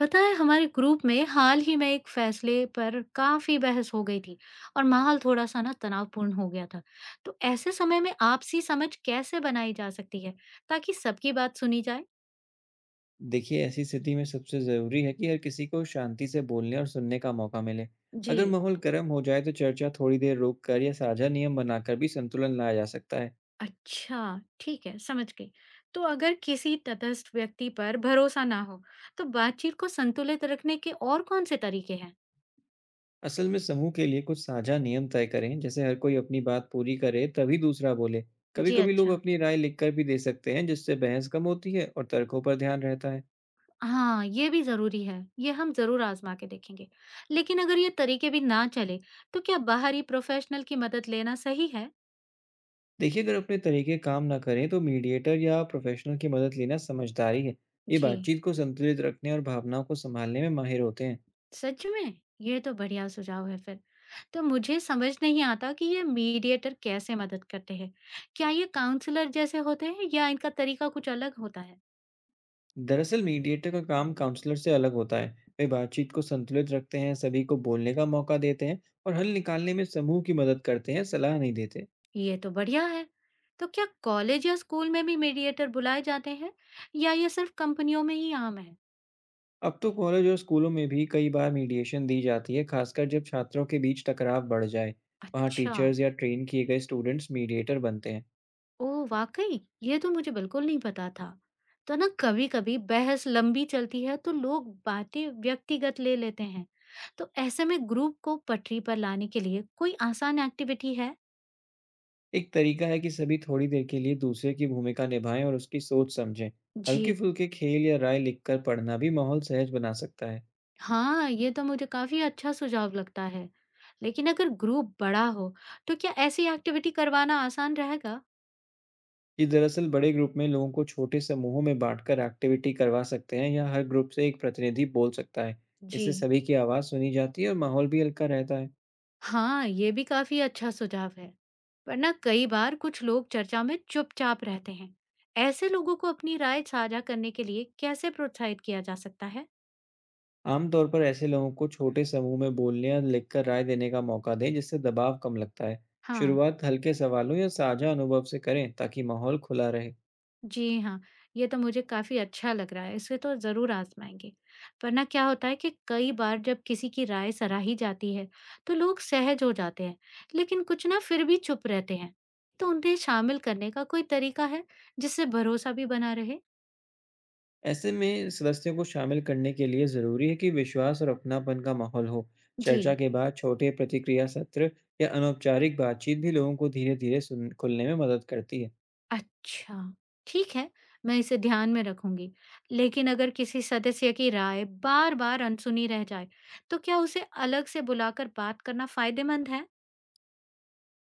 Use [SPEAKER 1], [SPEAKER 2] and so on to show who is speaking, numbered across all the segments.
[SPEAKER 1] पता है हमारे ग्रुप में हाल ही में एक फैसले पर काफी बहस हो गई थी। और माहौल थोड़ा सा ना तनावपूर्ण हो गया था। तो ऐसे समय में आपसी समझ कैसे बनाई जा सकती है ताकि सबकी बात सुनी जाए।
[SPEAKER 2] देखिए ऐसी स्थिति में सबसे ज़रूरी है कि हर किसी को शांति से बोलने और सुनने का मौका मिले।
[SPEAKER 1] जी।
[SPEAKER 2] अगर माहौल गर्म हो जाए तो चर्चा थोड़ी देर रोक कर या साझा नियम बनाकर भी संतुलन लाया जा सकता है।
[SPEAKER 1] अच्छा ठीक है, समझ गई। तो अगर किसी तटस्थ व्यक्ति पर भरोसा ना हो, तो बातचीत को संतुलित रखने के और कौन से तरीके हैं?
[SPEAKER 2] असल में समूह के लिए कुछ साझा नियम तय करें, जैसे हर कोई अपनी बात पूरी करे तभी दूसरा बोले।
[SPEAKER 1] जी
[SPEAKER 2] कभी-कभी लोग
[SPEAKER 1] अच्छा।
[SPEAKER 2] अपनी राय लिखकर भी दे सकते हैं, जिससे बहस कम होती है और तर्कों पर ध्यान रहता है।
[SPEAKER 1] हाँ, ये भी ज़रूरी है। ये हम ज़रूर आज़मा के देखेंगे। लेकिन अगर ये तरीके भी ना चले, तो क्या बाहरी प्रोफ़ेशनल की मदद लेना सही है?
[SPEAKER 2] देखिए अगर अपने तरीके काम ना करें तो मीडिएटर या प्रोफेशनल की मदद लेना समझदारी है। ये
[SPEAKER 1] जी।
[SPEAKER 2] बातचीत को संतुलित रखने और भावनाओं को संभालने में माहिर होते हैं।
[SPEAKER 1] सच में? ये तो बढ़िया सुझाव है फिर। तो मुझे समझ नहीं आता कि ये मीडिएटर कैसे मदद करते हैं। क्या ये काउंसलर जैसे होते हैं या इनका तरीका कुछ अलग होता है?
[SPEAKER 2] दरअसल मीडिएटर का काम काउंसलर से अलग होता है। वे बातचीत को संतुलित रखते हैं, सभी को बोलने का मौका देते हैं और हल निकालने में समूह की मदद करते हैं, सलाह नहीं देते।
[SPEAKER 1] ये तो बढ़िया है। तो क्या कॉलेज या स्कूल में भी मीडिएटर बुलाए जाते हैं, या ये सिर्फ़ कंपनियों में ही आम है?
[SPEAKER 2] अब तो कॉलेज और स्कूलों में भी कई बार मीडिएशन दी जाती है, खासकर जब छात्रों के बीच टकराव बढ़ जाए। वहाँ
[SPEAKER 1] अच्छा।
[SPEAKER 2] टीचर्स या ट्रेन किए गए स्टूडेंट्स मीडिएटर बनते हैं।
[SPEAKER 1] ओह वाकई, ये तो मुझे बिल्कुल नहीं पता था। तो ना कभी कभी बहस लंबी चलती है तो लोग बातें व्यक्तिगत ले लेते हैं। तो ऐसे में ग्रुप को पटरी पर लाने के लिए कोई आसान एक्टिविटी है?
[SPEAKER 2] एक तरीका है कि सभी थोड़ी देर के लिए दूसरे की भूमिका निभाएं और उसकी सोच समझें।
[SPEAKER 1] जी
[SPEAKER 2] हल्के फुल्के खेल या राय लिखकर पढ़ना भी माहौल सहज बना सकता है।
[SPEAKER 1] हाँ, ये तो मुझे काफी अच्छा सुझाव लगता है। लेकिन अगर ग्रुप बड़ा हो, तो क्या ऐसी एक्टिविटी करवाना आसान रहेगा?
[SPEAKER 2] जी, दरअसल बड़े ग्रुप में लोगों को छोटे समूहों में बांटकर एक्टिविटी करवा सकते हैं या हर ग्रुप से एक प्रतिनिधि बोल सकता है।
[SPEAKER 1] जी
[SPEAKER 2] इससे सभी की आवाज़ सुनी जाती है और माहौल भी हल्का रहता है।
[SPEAKER 1] हाँ, ये भी काफी अच्छा सुझाव है। पर ना कई बार कुछ लोग चर्चा में चुपचाप रहते हैं। ऐसे लोगों को अपनी राय साझा करने के लिए कैसे प्रोत्साहित किया जा सकता है?
[SPEAKER 2] आमतौर पर ऐसे लोगों को छोटे समूह में बोलने या लिखकर राय देने का मौका दें, जिससे दबाव कम लगता है।
[SPEAKER 1] हाँ।
[SPEAKER 2] शुरुआत हल्के सवालों या साझा अनुभव से करें ताकि माहौल खुला रहे।
[SPEAKER 1] जी हाँ, ये तो मुझे काफी अच्छा लग रहा है। इसे तो जरूर आजमाएंगे। पर ना क्या होता है कि कई बार जब किसी की राय सराही जाती है, तो लोग सहज हो जाते हैं, लेकिन कुछ ना फिर भी चुप रहते हैं। तो उन्हें शामिल करने का कोई तरीका है, जिससे भरोसा भी बना रहे?
[SPEAKER 2] ऐसे में सदस्यों को शामिल करने के लिए जरूरी है कि विश्वास और अपनापन का माहौल हो।
[SPEAKER 1] जी
[SPEAKER 2] चर्चा के बाद छोटे प्रतिक्रिया सत्र या अनौपचारिक बातचीत भी लोगों को धीरे धीरे सुन खुलने में मदद करती है।
[SPEAKER 1] अच्छा, ठीक है, मैं इसे ध्यान में रखूँगी। लेकिन अगर किसी सदस्य की राय बार-बार अनसुनी रह जाए, तो क्या उसे अलग से बुलाकर बात करना फ़ायदेमंद है?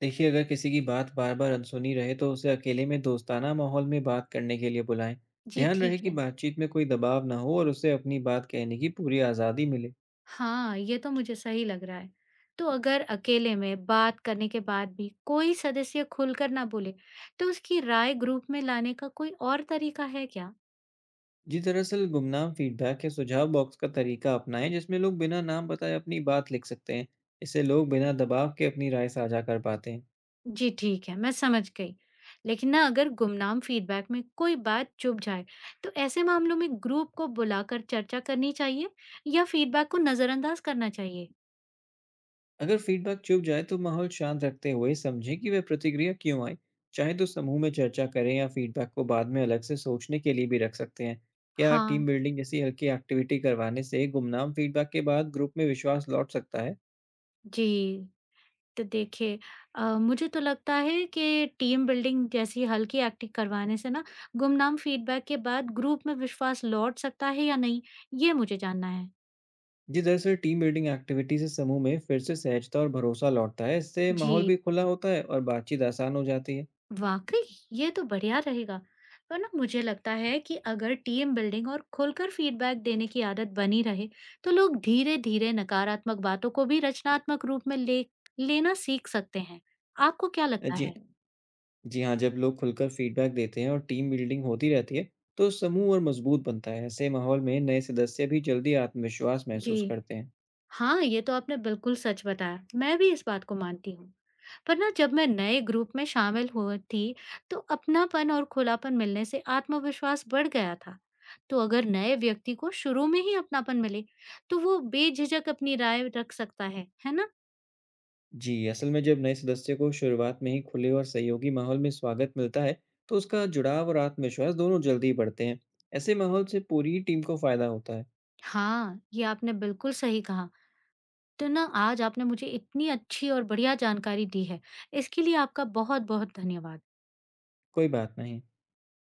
[SPEAKER 2] देखिए अगर किसी की बात बार बार अनसुनी रहे तो उसे अकेले में दोस्ताना माहौल में बात करने के लिए बुलाएं।
[SPEAKER 1] जी,
[SPEAKER 2] ध्यान रहे
[SPEAKER 1] ठीक
[SPEAKER 2] कि
[SPEAKER 1] है।
[SPEAKER 2] बातचीत में कोई दबाव ना हो और उसे अपनी बात कहने की पूरी आज़ादी मिले।
[SPEAKER 1] हाँ, ये तो मुझे सही लग रहा है। तो अगर अकेले में बात करने के बाद भी कोई सदस्य खुलकर ना बोले, तो उसकी राय ग्रुप में लाने का कोई और तरीका है क्या?
[SPEAKER 2] जी दरअसल गुमनाम फीडबैक या सुझाव बॉक्स का तरीका अपनाएं, जिसमें लोग बिना नाम बताए अपनी बात लिख सकते हैं। इससे लोग बिना दबाव के अपनी राय साझा कर पाते हैं।
[SPEAKER 1] जी ठीक है, मैं समझ गई। लेकिन ना अगर गुमनाम फीडबैक में कोई बात चुप जाए, तो ऐसे मामलों में ग्रुप को बुलाकर चर्चा करनी चाहिए या फीडबैक को नज़रअंदाज करना चाहिए?
[SPEAKER 2] अगर फीडबैक चुप जाए तो माहौल शांत रखते हुए समझें कि वह प्रतिक्रिया क्यों आई। चाहे तो समूह में चर्चा करें या फीडबैक को बाद में अलग से सोचने के लिए भी रख सकते हैं। क्या टीम
[SPEAKER 1] हाँ।
[SPEAKER 2] बिल्डिंग जैसी हल्की एक्टिविटी करवाने से गुमनाम फीडबैक के बाद ग्रुप में विश्वास लौट सकता है?
[SPEAKER 1] जी, तो देखिए, मुझे तो लगता है कि टीम बिल्डिंग जैसी हल्की एक्टिंग करवाने से ना गुमनाम फीडबैक के बाद ग्रुप में विश्वास लौट सकता है या नहीं, ये मुझे जानना है।
[SPEAKER 2] जी दरअसल टीम बिल्डिंग एक्टिविटी से समूह में फिर से सहजता और भरोसा लौटता है। इससे माहौल
[SPEAKER 1] जी।
[SPEAKER 2] भी खुला होता है और बातचीत आसान हो जाती है।
[SPEAKER 1] वाकई, ये तो बढ़िया रहेगा। पर ना मुझे लगता है कि अगर टीम बिल्डिंग और खुलकर फीडबैक देने की आदत बनी रहे, तो लोग धीरे धीरे नकारात्मक बातों को भी रचनात्मक रूप में ले लेना सीख सकते हैं। आपको क्या लगता
[SPEAKER 2] जी
[SPEAKER 1] है?
[SPEAKER 2] जी हाँ, जब लोग खुलकर फीडबैक देते हैं और टीम बिल्डिंग होती रहती है तो समूह और मजबूत बनता है। ऐसे माहौल में नए सदस्य भी जल्दी आत्मविश्वास
[SPEAKER 1] जी
[SPEAKER 2] महसूस करते हैं।
[SPEAKER 1] हाँ, ये तो आपने बिल्कुल सच बताया। मैं भी इस बात को मानती हूँ। पर ना जब मैं नए ग्रुप में शामिल हुई थी, तो अपनापन और खुलापन मिलने से आत्मविश्वास बढ़ गया था। तो अगर नए व्यक्ति को शुरू में ही अपनापन मिले, तो वो बेझिझक अपनी राय रख सकता है ना?
[SPEAKER 2] जी असल में जब नए सदस्य को शुरुआत में ही खुले और सहयोगी माहौल में स्वागत मिलता है तो उसका जुड़ाव और आत्मविश्वास दोनों जल्दी बढ़ते हैं। ऐसे माहौल से पूरी टीम को फायदा होता है।
[SPEAKER 1] हाँ, ये आपने बिल्कुल सही कहा। तो ना आज आपने मुझे इतनी अच्छी और बढ़िया जानकारी दी है। इसके लिए आपका बहुत-बहुत धन्यवाद।
[SPEAKER 2] कोई बात नहीं।